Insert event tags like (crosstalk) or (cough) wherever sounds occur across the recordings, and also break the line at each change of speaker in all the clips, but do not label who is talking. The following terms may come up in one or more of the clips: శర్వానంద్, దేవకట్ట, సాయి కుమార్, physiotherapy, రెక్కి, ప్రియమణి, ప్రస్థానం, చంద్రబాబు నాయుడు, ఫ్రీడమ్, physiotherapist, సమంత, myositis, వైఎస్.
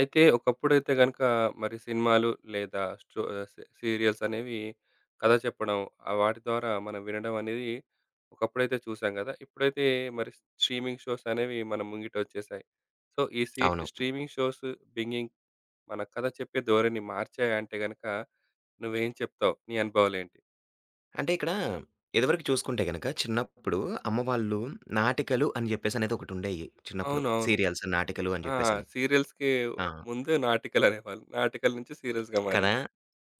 అయితే ఒకప్పుడైతే గనుక మరి సినిమాలు లేదా స్టో ఆహ్, see serials అనేవి కథ చెప్పడం, వాటి ద్వారా మనం వినడం అనేది ఒకప్పుడైతే చూసాం గదా! ఇప్పుడైతే మరి స్ట్రీమింగ్ షోస్ అనేవి మన ముంగిట వచ్చేసాయి. సో, ఈ సి
అవును.
స్ట్రీమింగ్ షోస్, బింగింగ్ మన కథ చెప్పే ధోరణి మార్చాయి అంటే గనక నువ్వేం చెప్తావు? నీ అనుభవాలేంటి?
అంటే ఇక్కడ ఇదివరకు చూసుకుంటే గనక చిన్నప్పుడు అమ్మ వాళ్ళు నాటికలు అని జెప్పేసనేది ఒకటుండేయి చిన్నప్పుడు.
అవునవును.
సీరియల్స్, నాటికలు అని
ఆ!
జెప్పేసని.
సీరియల్స్‌కి
ఆ!
ముందు నాటికలనేవాళ్ళు. నాటికల నుంచి సీరియల్స్‌గా
కదా!
మారింది.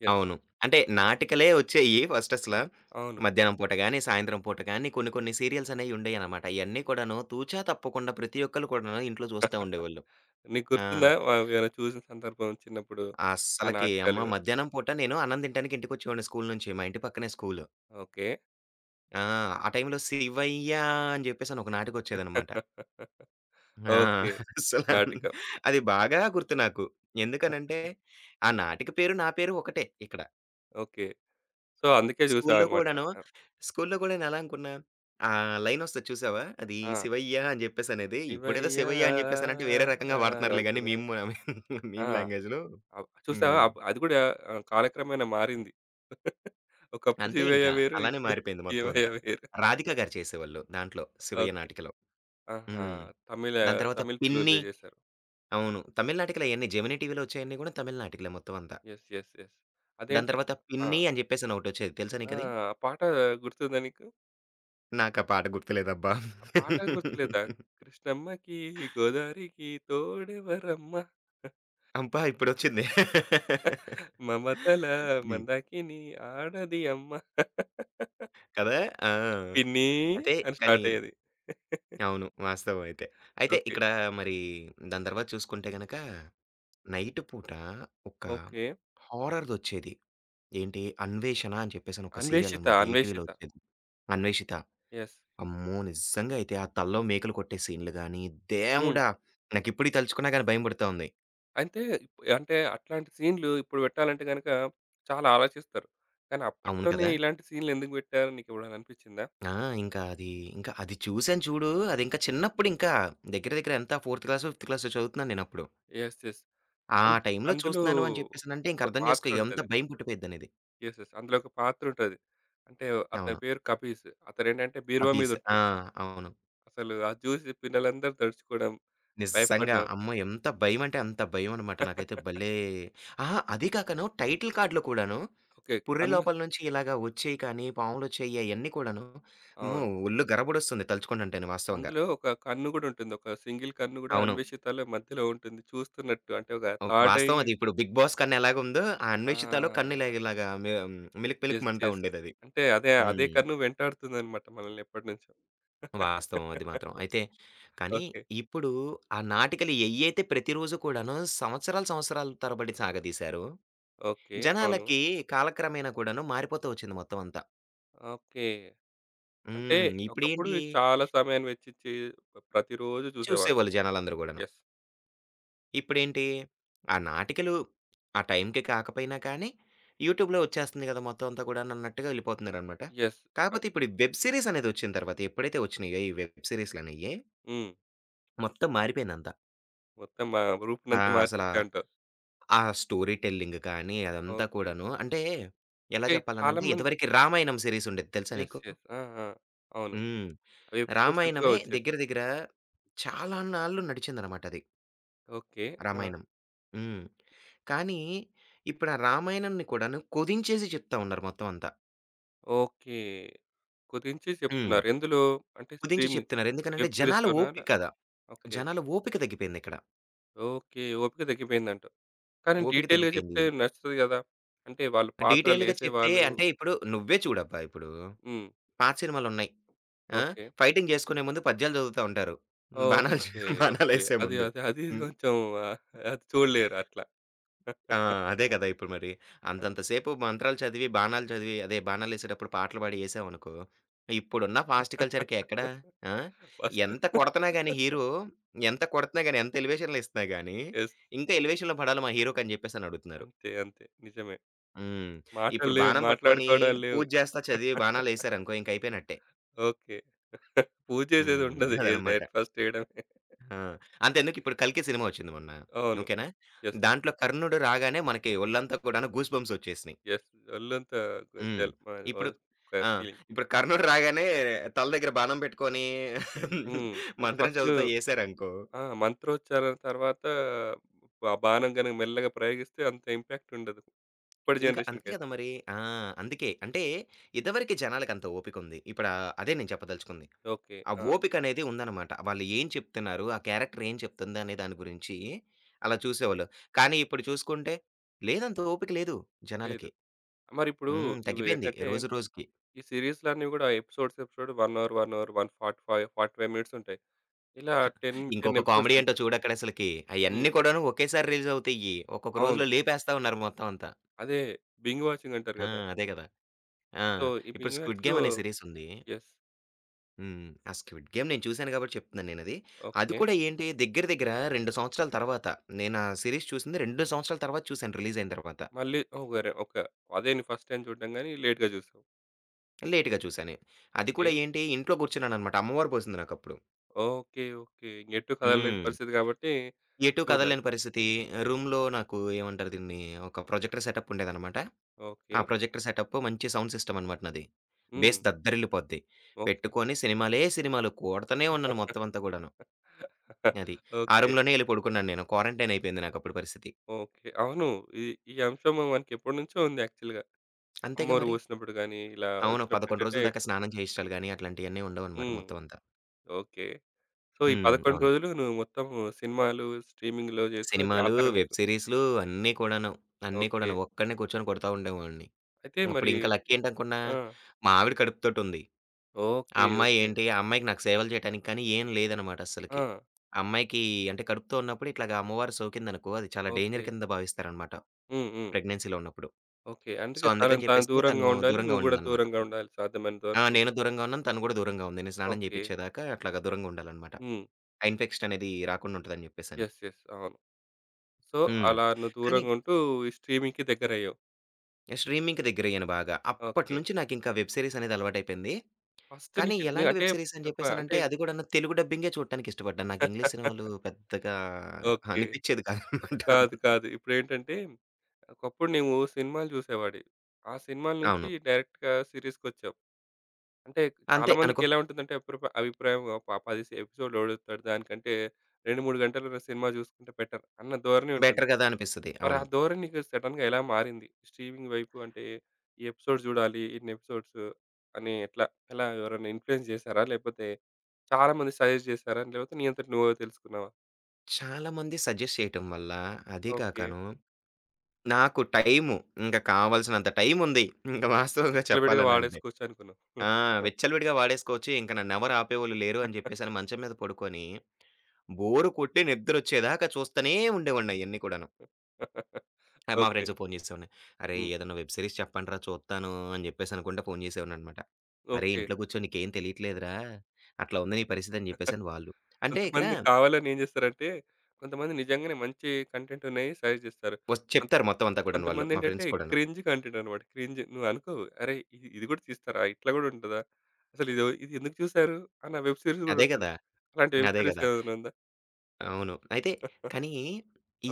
యెస్.
అవును. అంటే నాటికలే ఒచ్చేయి ఫస్టసల.
అవును.
మధ్యాహ్నం పూట గాని, సాయంత్రం పూట గాని కొన్ని కొన్ని సీరియల్స్ అనేయుండేయనమాట. ఇయన్నీ కూడాను తూచా తప్పకుండా ప్రతి ఒక్కళ్ళు కూడాను ఇంట్లో చూస్తా ఉండేవాళ్ళు.
నీకు
ఆ!
గుర్తుందా? అవి ఏమైనా చూసిన సందర్భం చిన్నప్పుడు ఆ
అస్సలకి
నాటకాలు?
అమ్మ మధ్యాహ్నం పూట నేను అన్నం తింటానికి ఇంటికొచ్చేవాడిని స్కూలు నుంచి. మా ఇంటి పక్కనే స్కూలు.
ఓకే.
ఆ! ఆ టైంలో 'శివయ్య' అని జెప్పేసని ఒక
ఓకే.
నాటికొచ్చేదనమాట.
(laughs)
ఆ! అసల
నాటకం.
అది బాగా గుర్తు నాకు. ఎందుకనంటే, ఆ నాటిక పేరు, నా పేరు ఒకటే ఇక్కడ.
ఓకే. సో, అందుకే
స్కూలులో
చూసావన్నమాట.
కూడాను, స్కూలులో కూడా నేనెలా అనుకున్నా, ఆ లైనొస్తది చూసావా? అది
ఆ!
శివయ్య అని జెప్పేసనేది. ఇప్పుడేదో శివయ్య అని జెప్పేసనంటే వేరే రకంగా
శివయ్యాని
వాడుతున్నారులే గానీ
అంటుంది కదా!
మీమ్
ఆ!
మీమ్ లాంగ్వేజ్‌లో.
చూసావా?
హ్మ్.
అది కూడా కాలక్రమేణా మారింది. (laughs) ఒకప్పుడు
అంతే
శివయ్య
ఇంకా.
వేరు.
అలానే
ఇప్పుడు
మారిపోయింది మొత్తం
శివయ్య
అంతా.
వేరు.
రాధిక గారు చేసేవాళ్ళు దాంట్లో శివయ్య
ఓకే.
నాటికలో.
ఆహా!
హ్మ్.
తమిళ
దాని తర్వాత
తమిళ్,
పిన్ని
తెలుగులో చేశారు.
అవును. తమిళ్ నాటికలయన్నీ జెమినీ టీవీలో వచ్చేయన్నీ గూడా తమిళ్ నాటికలే మొత్తం అంతా.
యెస్. యెస్. యెస్.
దాని
అదేంటి?
తర్వాత
ఆ!
'పిన్ని' అని జెప్పేసని ఒకటొచ్చేది. తెలుసా
ఆ!
నీకది?
ఆ పాట గుర్తుందా నీకు?
నాకా పాట గుర్తులేదబ్బా!
ఆ పాట గుర్తులేదా? కృష్ణమ్మకి, గోదారికి తోడెవరమ్మ?
అబ్బా! ఇప్పుడొచ్చింది.
మమతల
హ్మ్.
మందాకిని ఆడది అమ్మ.
కదా! ఆ!
పిన్ని
అయితే
అని
కానీ
స్టార్ట్ అయ్యేది.
అవును. వాస్తవం అయితే. అయితే
ఓకే.
ఇక్కడ మరి దాని తర్వాత చూసుకుంటే గనక నైట్ పూట ఒక
ఓకే.
హారర్‌దొచ్చేది. ఏంటి 'అన్వేషణ' అని చెప్పేసని ఒక
'అన్వేషిత'
సీరియలనమాట. ఈటీవీలో
'అన్వేషిత'
ఒచ్చేది. 'అన్వేషిత.'
యెస్.
అమ్మో! నిజంగా అయితే ఆ తలలో మేకులు కొట్టే సీన్‌లు గాని,
హ్మ్.
దేవుడా! నాకిప్పటికి తలుచుకున్నా గాని భయం పుడతా ఉంది.
అయితే అంటే అట్లాంటి సీన్‌లు ఇప్పుడు పెట్టాలంటే గనక చాలా ఆలోచిస్తారు. కానీ
అవును
అప్పట్లోనే
కదా!
ఇలాంటి సీన్‌లు ఎందుకు పెట్టారని నీకెప్పుడైనా అనిపిచ్చిందా?
ఆ! ఇంకా అది ఇంకా అది చూసాను చూడు. అది ఇంకా చిన్నప్పుడు ఇంకా దగ్గర దగ్గర ఎంత ఫోర్త్ క్లాసో, ఫిఫ్త్ క్లాసో చదువుతున్నాను నేనప్పుడు.
యెస్. యెస్.
ఆ
అంత్
టైంలో
అందులో
చూస్తున్నాను అని చెప్పేసనంటే
ఒక
ఇంక అర్థం చేసుకో ఎంత
పాత్రుంటది.
భయం పుట్టిపోయిద్దనేది.
యెస్. యెస్. అందులో ఒక పాత్రుంటది. అంటే అతని
అవును.
పేరు కపీస్. అతనేంటంటే
ఆ
బీరువా మీద
పీస్. ఆ!
ఉంటాడు.
అవును.
అసలు అది చూసి పిల్లలందరూ తడుచుకోవడం,
నిజంగా
భయపడడం.
అమ్మో! ఎంత భయం అంటే అంత భయం అనమాట. నాకైతే
(laughs)
భలే అహా! అది కాకను టైటిల్ కార్డ్‌లో కూడాను
ఓకే.
పుర్రె
కన్ను
లోపల
వస్తుంది.
నుంచి ఇలాగా వచ్చేయి కానీ, పాములొచ్చేయి అయన్నీ కూడాను అమ్మో!
అవును.
ఒళ్ళు గరబడొస్తుంది తలుచుకుంటుంటేను వాస్తవంగా.
అందులో ఒక కన్ను గూడా ఉంటుంది. ఒక సింగిల్ కన్ను గూడా
అవును.
అన్వేషితలో మధ్యలో ఉంటుంది. చూస్తున్నట్టు అంటే ఒక
ఓహ్!
Third I.
వాస్తవం అది. ఇప్పుడు 'బిగ్ బాస్' కన్ను ఎలాగుందో, ఆ 'అన్వేషితలో' కన్ను
ఆ!
ఇలా ఇలాగా మిలుకు
యెస్.
మిలుకుమంటా
యెస్.
ఉండేదది.
అంటే అదే అదే
హ్మ్.
కన్ను వెంటాడుతుందన్నమాట మనల్ని ఎప్పటినుంచో.
వాస్తవం అది మాత్రం.
(laughs)
అయితే కానీ
ఓకే.
ఇప్పుడు ఆ నాటికలు ఎయ్యైతే ప్రతిరోజు కూడాను సంవత్సరాలు, సంవత్సరాల తరబడి సాగదీశారో,
ఓకే. అవును.
జనాలకి కాలక్రమేణా కూడాను మారిపోతూ వచ్చింది మొత్తం అంతా.
ఓకే. అంటే
హ్మ్.
ఒకప్పుడు
ఇప్పుడేంటి
చాలా సమయాన్ని వెచ్చించి ప్రతిరోజు చూసేవారు.
చూసేవాళ్ళు జనాలందరూ గూడాను.
యెస్.
ఇప్పుడేంటి, ఆ నాటికలు ఆ టైంకి కాకపోయినా కానీ, యూట్యూబ్‌లో వచ్చేస్తుంది గదా! మొత్తం అంతా కూడానన్నట్టుగా ఎళ్ళిపోతున్నారనమాట.
యెస్. ఆ!
కాపోతే ఇప్పుడు ఈ వెబ్ సీరీస్ అనేదొచ్చిన తర్వాత, ఎప్పుడైతే వచ్చినాయో ఈ వెబ్ సీరీస్‌లనేయి,
హ్మ్.
మొత్తం మారిపోయిందంతా.
మొత్తం
ఆ!
రూపునంతా మార్చేసాయి అంటావు.
ఆ స్టోరీ టెల్లింగ్ కానీ, అదంతా
ఓకే.
కూడాను అంటే, ఎలా
అంటే చాలా
చెప్పాలనంటే,
మంది
ఇదివరకి 'రామాయణం' సీరీస్ ఉండేది తెలుసా
యెస్.
నీకు?
యెస్. ఆ! ఆ! అవును.
హ్మ్.
అవి ఎపిసోడ్స్‌గా
'రామాయణమే'
వచ్చేది.
దగ్గర దగ్గర చాలా నాళ్ళు నడిచిందనమాట అది.
ఓకే. ఆ!
రామాయణం. హ్మ్. కానీ ఇప్పుడు ఆ రామాయణాన్ని కూడాను కుదించేసి చెప్తా ఉన్నారు మొత్తం అంతా.
ఓకే. కుదించి
హ్మ్.
చెప్తున్నారు. ఎందులో? అంటే
కుదించి
స్ట్రీమింగ్
చెప్తున్నారు. ఎందుకనంటే
వెబ్
జనాల
సీరీస్‌లోనా?
ఓపిక కదా!
ఓకే.
జనాల ఓపిక తగ్గిపోయిందిక్కడ.
ఓకే. ఓపిక తగ్గిపోయిందంటావు. కానీ
ఓపిక
డీటెయిల్‌గా చెప్తే
తగ్గిపోయింది.
నచ్చుతది గదా! అంటే వాళ్ళు
డీటెయిల్‌గా చెప్తే
పాత్రలేసేవాళ్ళు.
అంటే ఇప్పుడు నువ్వే చూడబ్బా! ఇప్పుడు
హ్మ్.
పాత సినిమాలున్నాయి. ఆ!
ఓకే.
ఫైటింగ్ చేసుకునే ముందు పద్యాలు చదువుతా ఉంటారు.
ఓహ్!
బాణాలు చే
ఓకే. ఓకే.
బాణాలేసే
అది
ముందు.
అది అది
హ్మ్.
కొంచెం ఆహ్, అది చూడలేరు అట్లా.
ఆ! అదే కదా! ఇప్పుడు మరి. అంతంత సేపు మంత్రాలు చదివి, బాణాలు చదివి అదే బాణాలేసేటప్పుడు పాటలు పాడి ఏసామనుకో, ఇప్పుడున్న ఫాస్ట్ కల్చర్‌కి ఎక్కడ? ఆ!
ఫస్ట్
ఎంత కొడతన్నా గాని హీరో, ఎంత కొడుతున్నా గాని, ఎంత ఎలివేషన్‌లు ఇస్తున్నా గాని,
యెస్.
ఇంకా ఎలివేషన్‌లో పడాలి మా హీరోకి అని చెప్పేసని అడుగుతున్నారు.
అంతే. అంతే. నిజమే.
హ్మ్.
మాటలు
ఇప్పుడు
లేవు.
బాణం పట్టుకొని
మాట్లాడుకోవడాలు లేవు.
పూజ చేస్తా చదివి బాణాలేసారనుకో ఇంక అయిపోయినట్టే.
ఓకే. పూజ చేసేది
హ్మ్.
ఉండదు. ఏది
అదనమాట.
డైరెక్ట్ ఫస్ట్ చేయడమే.
ఆ! అంతెందుకు ఇప్పుడు 'కల్కి' సినిమా వచ్చింది మొన్న.
అవును.
ఓకేనా?
యెస్.
దాంట్లో కర్ణుడు రాగానే మనకి ఒళ్ళంతా కూడాను గూస్ బంప్స్ వచ్చేసినయి.
యెస్. ఒళ్ళంతా
హ్మ్.
గొంతెల్ మ
ఇప్పుడు
ఓహ్! ఒక
ఆ!
ఫీలింగ్.
ఇప్పుడు కర్నూలు రాగానే తల దగ్గర బాణం పెట్టుకొని
హ్మ్.
(laughs)
అంటే
మంత్రం చదువుతా ఏసారనుకో,
ఆ! మంత్రోచ్చారణ తర్వాత ఆ బాణం గనుక మెల్లగా ప్రయోగిస్తే అంత ఇంపాక్ట్ ఉండదు. ఇప్పటి
ఇంకా అంతే
జనరేషన్‌కైతే.
కదా మరి. ఆ! అందుకే. అంటే ఇదివరకి జనాలకంత ఓపికుంది. ఇప్పుడు అదే నేను చెప్పదలుచుకుంది.
ఓకే.
ఆ
ఆ!
ఓపికనేది ఉందనమాట. వాళ్ళు ఏం చెప్తున్నారు, ఆ క్యారెక్టర్ ఏం చెప్తుంది అనే దాని గురించి అలా చూసేవాళ్ళు. కానీ ఇప్పుడు చూసుకుంటే లేదంత ఓపిక లేదు
లేదు.
జనాలకి.
మరిప్పుడు
హ్మ్.
ఇవి
తగ్గిపోయింది
ఏంటంటే,
రోజు రోజుకి.
ఈ సీరీస్‌లన్నీ గూడా ఎపిసోడ్స్, ఎపిసోడ్ 1 అవర్, 1:45, 45 మినిట్స్ ఉంటాయి. ఇలా 10
ఇంకొక
ఎపిసోడ్స్
కామెడీ ఏంటో
ఉంటాయి.
చూడక్కడసలకి.
హ్మ్.
అయన్నీ కూడాను ఒకేసారి రిలీజవుతాయి. ఒక్కొక్క
అవును.
రోజులో లేపేస్తా ఉన్నారు మొత్తం అంతా.
అదే బింజ్ వాచింగ్ అంటారు
ఆ!
గదా!
అదే గదా! ఆ!
సో, ఈ
ఇప్పుడు
బింజ్
'స్క్విడ్
వాచ్‌లో
గేమ్' అనే సిరీసుంది.
యెస్.
హ్మ్. ఆ 'స్క్విడ్ గేమ్' నేను చూసాను గాబట్టి చెప్తున్నాను నేనది. అది అది
ఓకే.
కూడా ఏంటి దగ్గర దగ్గర 2 సంవత్సరాల తర్వాత నేను ఆ సీరీస్ చూసింది 2 సంవత్సరాల తర్వాత చూసాను రిలీజయిన తర్వాత.
మళ్ళీ ఒగరే ఒక అదే నీ ఫస్ట్ టైమ్ చూడడం గానీ లేట్‌గా చూసావు.
లేట్‌గా చూసాను. అది
ఓకే.
కూడా ఏంటి ఇంట్లో కూర్చున్నాననమాట. అమ్మవారు పోసింది నాకప్పుడు.
ఓకే. ఓకే. ఇంగెటు కదలలేని పరిస్థితి
హ్మ్.
కాబట్టి
ఎటూ
చూడాలి.
కదలలేని పరిస్థితి. రూమ్‌లో నాకు ఏమంటారు దీన్ని ఒక ప్రొజెక్టర్ సెటప్ ఉండేదనమాట.
ఓకే.
ఆ! ప్రొజెక్టర్ సెటప్, మంచి సౌండ్ సిస్టమ్ అనమాట నాది.
హ్మ్.
బేస్ దద్దరిల్లిపోద్ది.
ఓకే.
పెట్టుకొని సినిమాలే సినిమాలు కూడతనే ఉన్నాను మొత్తం అంతా గూడాను.
(laughs)
అది. ఆ
ఓకే.
రూమ్‌లోనే ఎళ్లి పడుకున్నాను నేను. క్వారంటైన్ అయిపోయింది నాకప్పుడు పరిస్థితి.
ఓకే. అవును. ఈ ఈ అంశం మనకెప్పటినుంచో ఉంది యాక్చువల్‌గా.
అంతేగా
అమ్మవారు
మరి.
పోసినప్పుడు గాని, ఇలా
అవును. 11
వచ్చినప్పుడేంటంటే
రోజుల దాకా స్నానం చేయించడాలు గాని, అట్లాంటియన్నీ ఉండవనమాట
హ్మ్.
మొత్తం అంతా.
ఓకే. సో, ఈ
హ్మ్.
11
అవును.
రోజులు నువ్వు మొత్తం సినిమాలు స్ట్రీమింగ్‌లో చేసుకున్న
సినిమాలు,
జాతర
వెబ్
నీకు.
సీరీస్‌లు అన్నీ కూడాను. అన్నీ
ఓకే.
కూడాను. ఒక్కడినే కూర్చొని కొడతా ఉండేవాడిని.
అయితే
అప్పుడు
మరి
ఇంకా లక్కీ ఏంటనుకున్నా,
ఆ!
మా ఆవిడ కడుపుతోటి ఉంది. ఆ
ఓకే.
అమ్మాయి
ఓకే.
ఏంటి, ఆ అమ్మాయికి నాకు సేవలు చేయటానికి కానీ ఏం లేదనమాట అస్సలకి.
ఆ!
ఆ అమ్మాయికి అంటే కడుపుతో ఉన్నప్పుడు ఇట్లాగా అమ్మవారు సోకిందనుకో, అది చాలా
ఓకే.
డేంజర్ కింద భావిస్తారనమాట
హ్మ్. హ్మ్.
ప్రెగ్నెన్సీలో ఉన్నప్పుడు.
ఓకే.
సో,
అందుకే
అందుకని
తనని తాను
చెప్పేసని తను
దూరంగా ఉండాలి.
దూరంగా
నువ్వు గూడా
ఉండిందనమాట
దూరంగా
అప్పుడు.
ఉండాలి సాధ్యమైనంత
ఆ!
వరకు.
నేను దూరంగా ఉన్నాను, తను కూడా దూరంగా ఉంది. నేను స్నానం
ఓకే.
చేపిచ్చేదాకా అట్లాగా దూరంగా ఉండాలనమాట.
హ్మ్.
ఆ ఇన్ఫెక్షన్ అనేది రాకుండా ఉంటదని చెప్పేసని.
యెస్. యెస్. అవును. సో,
హ్మ్.
అలా నువ్వు
కానీ
దూరంగా ఉంటూ ఈ స్ట్రీమింగ్‌కి దగ్గరయ్యావు.
స్ట్రీమింగ్‌కి దగ్గరయ్యాను బాగా.
ఓకే.
అప్పటినుంచి నాకింకా వెబ్ సీరీస్ అనేది అలవాటయిపోయింది.
ఫస్ట్
కానీ
నీకు నీ
ఎలాంటి
అంటే
వెబ్ సీరీస్ అని
ఒక అంటే
జెప్పేసనంటే, అది గూడాను తెలుగు డబ్బింగే చూడటానికిష్టపడ్డాను. నాకు ఇంగ్లీష్ సినిమాలు
(laughs)
పెద్దగా
ఓకే.
అనిపిచ్చేది కాదనమాట.
కాదు. కాదు. ఇప్పుడేంటంటే, ఒకప్పుడు నువ్వు సినిమాలు చూసేవాడివి. ఆ సినిమాల నుంచి
అవును.
డైరెక్ట్‌గా సీరీస్‌కొచ్చావు. అంటే
అంతే అనుకో.
చాలామందికెలా ఉంటుందంటే అభిప్రాయం 10 ఎపిసోడ్‌లు ఓడుస్తాడు. దానికంటే 2, 3 గంటలు సినిమా చూసుకుంటే బెటర్ అన్న ధోరణి ఉంటుంది.
బెటర్ గదా! అనిపిస్తది.
మరి ఆ
అవును.
ధోరణి నీకు సడెన్‌గా ఎలా మారింది? స్ట్రీమింగ్ వైపు అంటే ఈ ఎపిసోడ్స్ చూడాలి. ఇన్ని ఎపిసోడ్స్ అని ఎట్లా? ఎలా ఎవరైనా ఇన్‌ఫ్లుయెన్స్ చేశారా? లేకపోతే చాలామంది సజెస్ట్ చేశారా? లేకపోతే నీ అంతట నువ్వే తెలుసుకున్నావా?
చాలామంది సజెస్ట్ చేయటం వల్ల, అదీ
ఓకే.
కాకను నాకు టైము, ఇంక కావాల్సినంత టైముంది. ఇంక వాస్తవంగా
విచ్చలవిడిగా
చెప్పాలనంటే.
వాడేసుకోవచ్చు అనుకున్నావు.
ఆ!
(laughs)
విచ్చలవిడిగా వాడేసుకోవచ్చు. ఇంక నన్నెవరు ఆపేవోళ్ళు లేరు అని జెప్పేసని మంచం మీద పడుకొని, బోరు కొట్టి నిద్రొచ్చేదాకా చూస్తనే ఉండేవాడిని అయన్నీ కూడాను. ఆ! మా
ఓకే.
ఫ్రెండ్స్‌కి ఫోను చేసేవాడిని. "అరేయ్!
హ్మ్.
ఏదన్నా వెబ్ సిరీస్ చెప్పండ్రా చూత్తాను" అని చెప్పేసి అనుకుంట ఫోను చేసేవాడిననమాట. "అరేయ్!
ఓకే.
ఇంట్లో కూర్చొని నీకేం తెలియట్లేదురా, అట్లా ఉంది నీ పరిస్థితి" అని చెప్పేసని వాళ్ళు. అంటే ఇక్కడ
కొంతమంది కావాలని ఏం చేస్తారంటే, కొంతమంది నిజంగానే మంచి కంటెంట్ ఉన్నాయి సజెస్ట్ చేస్తారు.
వస్
కొంత
చెప్తారు మొత్తం అంతా కూడాను వాళ్ళు. మా
కొంతమందేంటంటే
ఫ్రెండ్స్ కూడాను.
క్రింజ్ కంటెంట్ అన్నమాట. క్రింజ్ నువ్వు అనుకోవు. అరే! ఇది ఇది కూడా తీస్తారా? ఇట్లా కూడా ఉంటదా? అసలు ఇది ఇది ఎందుకు చూసారు? అన్న వెబ్ సీరీస్ కూడా
అదే
ఉంటది.
గదా!
అలాంటి వెబ్
అదే
సీరీస్
గదా!
ఏదైనా ఉందా?
అవును. అయితే కానీ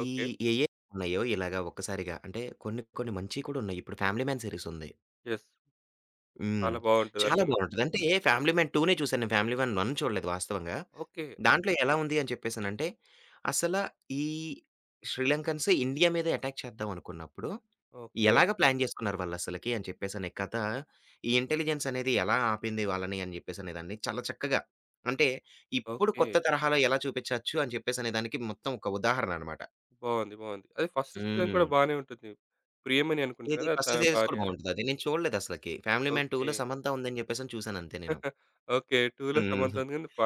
ఈ
ఓకే.
ఏయేవున్నాయో ఇలాగా ఒక్కసారిగా అంటే కొన్ని కొన్ని మంచియి కూడా ఉన్నాయి. ఇప్పుడు 'ఫ్యామిలీ మాన్' సిరీస్ ఉంది.
యెస్.
హ్మ్.
చాలా బావుంటదని
చాలా
విన్నా.
బావుంటది. అంటే ఫ్యామిలీ మ్యాన్ 2 చూసాను. నేను ఫ్యామిలీ మ్యాన్ 1 చూడలేదు వాస్తవంగా.
ఓకే.
దాంట్లో ఎలా ఉంది అని చెప్పేసనంటే, అసల ఈ శ్రీలంకన్సే ఇండియా మీద అటాక్ చేద్దాం అనుకున్నప్పుడు,
ఓకే.
ఎలాగ ప్లాన్ చేసుకున్నారు వాళ్ళసలకి అని చెప్పేసనే కథ, ఈ ఇంటెలిజెన్స్ అనేది ఎలా ఆపింది వాళ్ళని అని చెప్పేసనే దాన్ని చాలా చక్కగా అంటే ఇప్పుడు
ఓకే.
కొత్త తరహాలో ఎలా చూపించచ్చు అని చెప్పేసనే దానికి మొత్తం ఒక ఉదాహరణ అనమాట.
బావుంది. బావుంది. అది ఫస్ట్ సీజన్
హ్మ్.
కూడా బానే ఉంటుంది. ప్రియమణి అనుకుంటా
ఇది
కదా!
ఫస్ట్
తన
సీరీస్ కూడా
భార్య.
బావుంటదది. నేను చూడలేదసలకి. Family man
okay.
2లో సమంత ఉందని చెప్పేసని చూసానంతే నేను.
ఓకే. 2లో సమంత
హ్మ్.
ఉంది గానీ,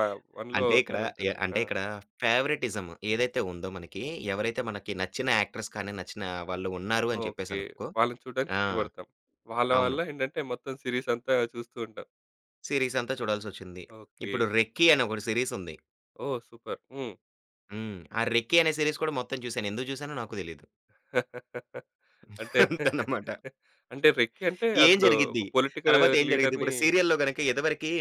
1లో
అంటే ఇక్కడ
తనుంటుంది.
అంటే
ఆ!
ఇక్కడ ఫేవరెటిజం ఏదైతే ఉందో మనకి, ఎవరైతే మనకి నచ్చిన యాక్టర్స్ కానీ, నచ్చిన వాళ్ళు ఉన్నారు అని
ఓకే.
చెప్పేసనుకో
వాళ్ళని చూడడానికి
ఆ!
ఇష్టపడతాం. వాళ్ళ
అవును.
వల్ల ఏంటంటే, మొత్తం సీరీస్ అంతా చూస్తూ ఉంటాం.
సీరీస్ అంతా చూడాల్సొచ్చింది.
ఓకే.
ఇప్పుడు 'రెక్కీ' అనే ఒకటి సీరీస్ ఉంది.
ఓహ్! సూపర్.
హ్మ్. ఆ 'రెక్కీ' అనే సీరీస్ కూడా మొత్తం చూసాను. ఎందుకు చూసానో నాకు తెలీదు.
(laughs) హ్మ్. అంటే
అదనమాట.
(laughs) అంటే 'రెక్కి' అంటే
ఏం
అందులో
జరిగిద్ది?
ఒక పొలిటికల్
తర్వాత ఏం జరిగిద్ది?
లీడర్‌ని.
ఇప్పుడు సీరియల్‌లో గనక ఇదివరకి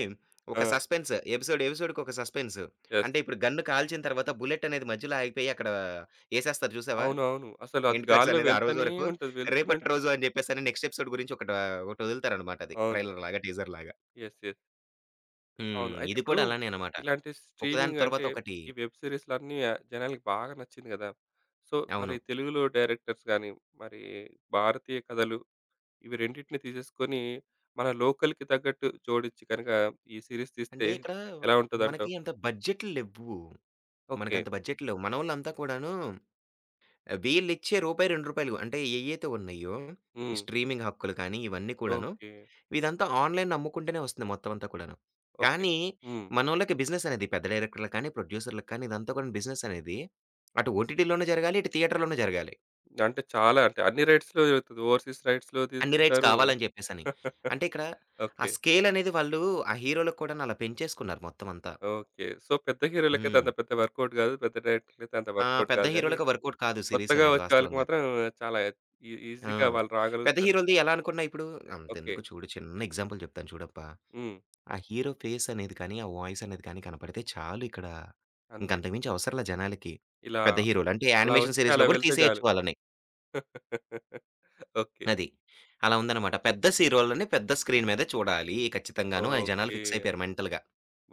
ఆ!
ఒక సస్పెన్స్ ఎపిసోడ్, ఎపిసోడ్‌కి ఒక సస్పెన్స్.
యెస్.
అంటే ఇప్పుడు గన్ను కాల్చిన తర్వాత బుల్లెట్ అనేది మధ్యలో ఆగిపోయి అక్కడ ఏసేస్తారు చూసావా?
అవునవును. అసలు అది
ఎండ్ కార్డ్స్
గాల్లో
అనేది ఆ రోజు
వెళ్తూనే
వరకు,
ఉంటది. వెళ్తూనే
రేపటి
ఉంటుంది.
రోజు అని జెప్పేసని నెక్స్ట్ ఎపిసోడ్ గురించి ఒకటొదులుతారనమాట అది.
అవును.
ట్రైలర్‌లాగా, టీజర్‌లాగా.
యెస్. యెస్. అవును.
హ్మ్.
అయితే
ఇది
ఇప్పుడు
కూడా అలానే అనమాట.
ఇలాంటి
ఒకదాని
స్ట్రీమింగ్
తర్వాత
అంటే
ఒకటి.
ఈ వెబ్ సిరీస్‌లన్నీ జనాలకి బాగా నచ్చింది గదా! సో, మరి
అవును.
తెలుగులో డైరెక్టర్స్ గాని, మరి భారతీయ కథలు ఇవి రెండిటిని తీసేసుకొని మన లోకల్‌కి తగ్గట్టు జోడించి గనక ఈ సీరీస్ తీస్తే
అంటే ఇక్కడ
ఎలా
మనకి
ఉంటదంటావు?
అంత బడ్జెట్లు లెవ్వు.
ఓకే.
మనకంత బడ్జెట్లు లేవు. మనోళ్ళంతా కూడాను వీళ్ళిచ్చే రూ. 2 అంటే ఏయైతే ఉన్నాయో, ఈ
హ్మ్.
స్ట్రీమింగ్ హక్కులు కానీ, ఇవన్నీ కూడాను,
ఓకే.
ఇదంతా ఆన్‌లైన్‌లో అమ్ముకుంటేనే వస్తుంది మొత్తం అంతా కూడాను.
ఓకే.
కానీ,
హ్మ్.
మనోళ్ళకి బిజినెస్ అనేది పెద్ద డైరెక్టర్‌లకి కానీ, ప్రొడ్యూసర్‌లకి కానీ, ఇదంతా కూడా బిజినెస్ అనేది అటు ఓటీటీలోనూ జరగాలి, ఇటు థియేటర్‌లోనూ జరగాలి.
అంటే చాలా అంటే అన్ని రైట్స్‌లో జరుగుతది. ఓవర్‌సీస్ రైట్స్‌లో
అన్ని రైట్స్
తీసుకుంటారు.
కావాలని చెప్పేసని. అంటే
(laughs)
ఇక్కడ ఆ
ఓకే.
స్కేల్ అనేది వాళ్ళు ఆ హీరోలకు కూడాను అలా పెంచేసుకున్నారు మొత్తం అంతా.
ఓకే. సో, పెద్ద హీరోలకైతే
హ్మ్.
అంత పెద్ద వర్కౌట్ గాదు. పెద్ద డైరెక్టర్‌లకైతే అంత
ఆ!
వర్కౌట్
పెద్ద
గాదు గానీ
హీరోలకి వర్కౌట్ కాదు సిరీస్
కొత్తగా
అనేది
వచ్చే వాళ్ళకి
వాస్తవంగా.
మాత్రం చాలా ఈ
ఆ!
ఈజీగా వాళ్ళు
పెద్ద
రాగలుగుతారు.
హీరోలది ఎలా అనుకున్నా ఇప్పుడు
ఓకే.
అంతెందుకు చూడు చిన్న ఎగ్జాంపుల్ చెప్తాను చూడబ్బా!
హ్మ్.
ఆ హీరో ఫేస్ అనేది కానీ, ఆ వాయిస్ అనేది కానీ కనపడితే చాలు ఇక్కడ. ఇంక
అంతే.
అంతకుమించి అవసరంలా జనాలకి.
ఇలా
పెద్ద హీరోలు అంటే
అలా
యానిమేషన్
వచ్చి
సీరీస్‌లో
అలా
కూడా
వెళ్తే
తీసేయొచ్చు
చాలు.
వాళ్ళని.
(laughs) ఓకే.
అది. అలా ఉందన్నమాట. పెద్ద హీరోలని పెద్ద స్క్రీన్ మీద చూడాలి ఖచ్చితంగాను అని జనాలు
ఓకే.
ఫిక్స్ అయిపోయారు మెంటల్‌గా.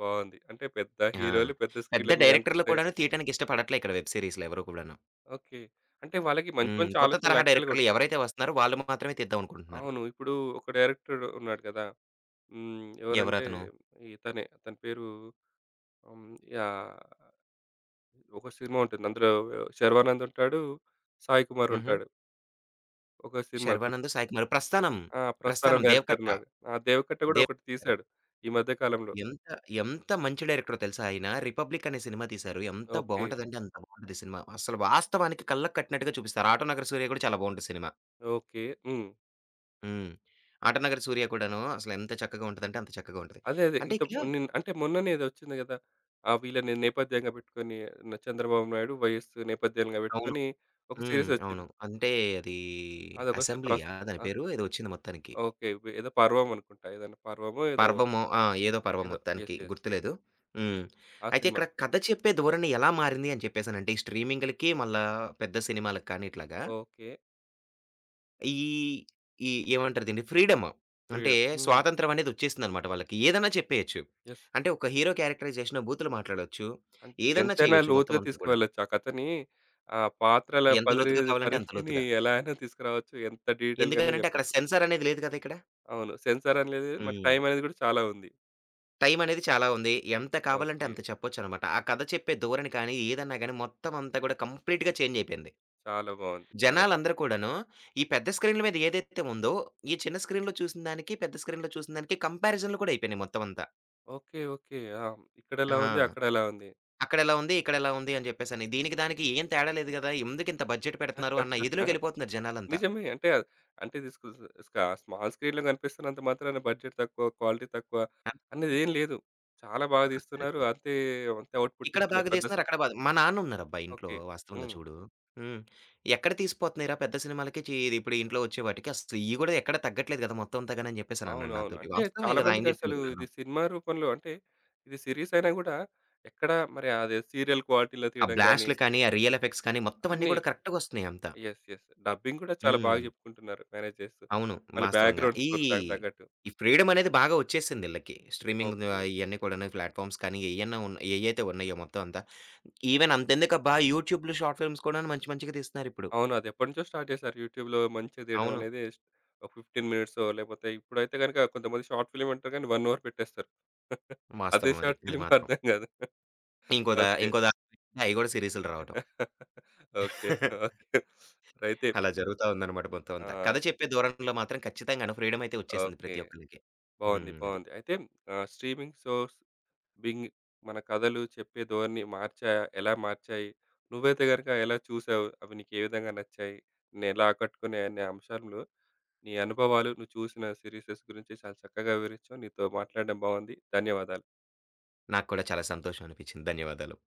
బావుంది. అంటే పెద్ద
ఆ!
హీరోలు పెద్ద
పెద్ద
స్క్రీన్‌ల మీద
డైరెక్టర్‌లు
కనిపిస్తే
కూడాను తీయటానికి ఇష్టపడట్లే ఇక్కడ వెబ్ సీరీస్‌లు ఎవరు కూడాను.
ఓకే. అంటే వాళ్ళకి మంచి
హ్మ్.
మంచి
కొత్త
ఆలోచనలు
తరహా
యాక్చువల్‌గా
డైరెక్టర్‌లు
ఉంటాయి.
ఎవరైతే వస్తున్నారో వాళ్ళు మాత్రమే తీద్దాం అనుకుంటున్నారు.
అవును. ఇప్పుడు ఒక డైరెక్టర్ ఉన్నాడు కదా! హ్మ్. ఎవరంటే
ఎవరతను?
ఇతనే అతని పేరు హ్మ్. యాహ్! ఒక సినిమా ఉంటుంది. అందులో 'శర్వానంద్' ఉంటాడు. 'సాయి కుమార్'
హుహు.
ఉంటాడు. ఒక సినిమా గుర్తు
'శర్వానంద్', 'సాయి కుమార్'.
ఆ! 'ప్రస్థానం'
'ప్రస్థానం',
డైరెక్టర్
'దేవకట్ట'.
ఉన్నాడు. ఆ! 'దేవకట్ట' గూడా
దేవ్
ఒకటి తీశాడు. ఈ మధ్య కాలంలో.
ఎంత, ఎంత మంచి డైరెక్టరో తెలుసా ఆయన? 'రిపబ్లిక్' అనే సినిమా తీశారు. ఎంత
ఓకే.
బావుంటదంటే అంత బావుంటది సినిమా. అసలు వాస్తవానికి కళ్ళకి కట్టినట్టుగా చూపిస్తారు. 'ఆటో నగర సూర్య' కూడా చాలా బావుంటది సినిమా.
ఓకే. హ్మ్.
హ్మ్. 'ఆటో నగర సూర్య' కూడాను అసలు ఎంత చక్కగా ఉంటదంటే అంత చక్కగా ఉంటది.
అదే అదే.
అంటే
ఇంత
ఇక్కడ
అంటే మొన్ననే ఏదో వచ్చింది గదా! ఆ వీళ్ళని నేపథ్యంగా పెట్టుకొని చంద్రబాబు నాయుడు, వైఎస్ నేపథ్యంగా
అవును.
పెట్టుకొని ఒక
హ్మ్.
సీరీస్
అవును.
వచ్చింది.
అంటే అది
అదొకటి ప్రస్
అసెంబ్లీయా దాని
ఆ!
పేరు? ఏదో వచ్చింది మొత్తానికి.
ఓకే. ఏదో 'పర్వం' అనుకుంటా. ఏదైనా 'పర్వమో' ఏదో
పర్వమో ఆ! ఏదో పర్వం
ఏదో. యెస్.
మొత్తానికి
యెస్.
గుర్తులేదు. హ్మ్.
ఆ
అయితే
సినిమా.
ఇక్కడ కథ చెప్పే ధోరణి ఎలా మారింది అని చెప్పేసనంటే ఈ స్ట్రీమింగ్‌లకి మళ్ళా పెద్ద సినిమాలకి కానీ ఇట్లాగా
ఓకే.
ఈ ఈ ఏమంటారు దీన్ని? ఫ్రీడమ్. అంటే
'ఫ్రీడమ్.' హ్మ్.
స్వాతంత్రం అనేదొచ్చేసిందనమాట వాళ్ళకి. ఏదన్నా చెప్పేయొచ్చు.
యెస్.
అంటే ఒక హీరో క్యారెక్టరైజేషనో బూతులు మాట్లాడొచ్చు.
అన్
ఏదన్నా
ఎంతైనా
చేయొచ్చు మొత్తం
లోతుగా
అంతా కూడాను.
తీసుకువెళ్ళొచ్చు. ఆ కథని ఆ పాత్రల
ఎంత లోతుగా కావాలంటే అంత
పరిధిని
లోతుగా.
ఎలా అయినా తీసుకురావచ్చు. ఎంత డీటెయిల్‌గానే
ఎందుకనంటే అక్కడ
చెప్పొచ్చు.
సెన్సార్ అనేది లేదు కదా! ఇక్కడ.
అవును. సెన్సార్ అనేది మరి
హ్మ్.
టైం అనేది కూడా చాలా ఉంది.
టైం అనేది చాలా ఉంది. ఎంత కావాలంటే
ఓకే.
అంత చెప్పొచ్చనమాట. ఆ కథ చెప్పే ధోరణి కానీ, ఏదన్నా గాని మొత్తం అంతా కూడా కంప్లీట్‌గా చేంజ్ అయిపోయింది.
చాలా బావుంది. చాలా బావుంది.
జనాలందరూ కూడాను ఈ పెద్ద స్క్రీన్‌ల మీద ఏదైతే ఉందో, ఈ చిన్న స్క్రీన్‌లో చూసిన దానికి, పెద్ద స్క్రీన్‌లో చూసిన దానికి కంపారిజన్‌లు కూడా అయిపోయినాయి మొత్తం అంతా.
ఓకే. ఓకే. ఆ! ఇక్కడెలా
ఆ!
ఉంది, అక్కడెలా ఉంది.
అక్కడెలా ఉంది, ఇక్కడెలా ఉంది అని జెప్పేసని. దీనికి దానికి ఏం తేడా లేదు గదా! ఎందుకింత బడ్జెట్ పెడుతున్నారు అన్న
(laughs)
ఇదిలోకెళ్ళిపోతున్నారు జనాలంతా.
నిజమే. అంటే ఇది స్కు స్క స్మాల్ స్క్రీన్‌లో కనిపిస్తున్నంత మాత్రాన బడ్జెట్ తక్కువ, క్వాలిటీ తక్కువ అనేది
అంతేగాని
ఏం లేదు. చాలా బాగా తీస్తున్నారు.
అస్సలకి
అంతే అంతే ఔట్‌పుట్
ఇక్కడ
ఇస్తున్నారు.
బాగా
పెద్ద స్
తీస్తున్నారు, అక్కడ బాగా మా నాన్నున్నారబ్బా ఇంట్లో
ఓకే.
వాస్తవంగా
హ్మ్.
చూడు. హ్మ్. ఎక్కడ తీసిపోతున్నాయిరా పెద్ద సినిమాలకి చి ఇప్పుడు ఇంట్లో వచ్చే వాటికి అసలు ఇయి గూడా ఎక్కడ తగ్గట్లేదు గదా! మొత్తం అంతా గాని అని జెప్పేసనన్నాడు
అవునవును.
నాతోటి.
అంటే
వాస్తవమే గదా! ఆయన జెప్పింది
చాలామందికసలు
గూడాను.
ఇది సినిమా రూపంలో అంటే ఇది సీరీస్ అయినా గూడా ఎక్కడ మరి అది సీరియల్ క్వాలిటీలో
ఆ
తీయడం గాని
బ్లాస్ట్‌లు కానీ, ఆ రియల్ ఎఫెక్ట్స్ కానీ మొత్తం అన్నీ
అన్నీ
గూడా కరెక్ట్‌గొస్తున్నాయి అంతా.
యెస్. యెస్. డబ్బింగ్ గూడా చాలా బాగా
హ్మ్.
చెప్పుకుంటున్నారు మేనేజ్ చేస్తూ.
అవును.
మళ్ళీ
వాస్తవంగా.
బ్యాక్‌గ్రౌండ్ స్కోర్ దానికి తగ్గట్టు.
ఈ ఫ్రీడమ్ అనేది బాగా వచ్చేసింది ఈళ్ళకి. Streaming
okay.
ఇయన్నీ కూడాను ప్లాట్‌ఫార్మ్స్ కానీ ఏయన్నా ఉన్న ఏయైతే ఉన్నాయో మొత్తం అంతా. ఈవెన్ అంతెందుకబ్బా యూట్యూబ్‌లో షార్ట్ ఫిల్మ్స్ కూడాను మంచి మంచిగా తీస్తున్నారిప్పుడు.
అవును. అది ఎప్పటినుంచో స్టార్ట్ చేశారు. యూట్యూబ్‌లో మంచిగా తీయడం
అవును.
అనేది ఒక 15 మినిట్సో లేకపోతే ఇప్పుడైతే గనుక కొంతమంది షార్ట్ ఫిల్మ్ అంటారు కానీ 1 అవర్ పెట్టేస్తారు. (laughs) అదే
వాస్తవం అది.
షార్ట్
అది
ఫిల్మ్ (laughs)
మాత్రం.
అర్థం కాదు. ఓకే.
ఇంకో దారుణం అయి గూడా సీరీసులు రావటం.
(laughs) ఓకే.
(laughs)
ఓకే. అయితే
అలా జరుగుతా ఉందనమాట మొత్తం అంతా. కథ
ఆ!
చెప్పే ధోరణిలో మాత్రం ఖచ్చితంగాను ఫ్రీడమ్ అయితే వచ్చేసింది
ఓకే.
ప్రతి ఒక్కళ్ళకి.
బావుంది.
హ్మ్. అది.
బావుంది. అయితే స్ట్రీమింగ్ షోస్ బింగ్ మన కథలు చెప్పే ధోరణి మార్చాయా? ఎలా మార్చాయి? నువ్వైతే గనుక ఎలా చూసావు? అవి నీకు ఏ విధంగా నచ్చాయి? నిన్నెలా ఆకట్టుకున్నాయి? అనే అంశంలో నీ అనుభవాలు, నువ్వు చూసిన సీరీసెస్ గురించి చాలా చక్కగా వివరించావు. నీతో మాట్లాడడం బావుంది. ధన్యవాదాలు.
నాకు కూడా చాలా సంతోషం అనిపించింది. ధన్యవాదాలు.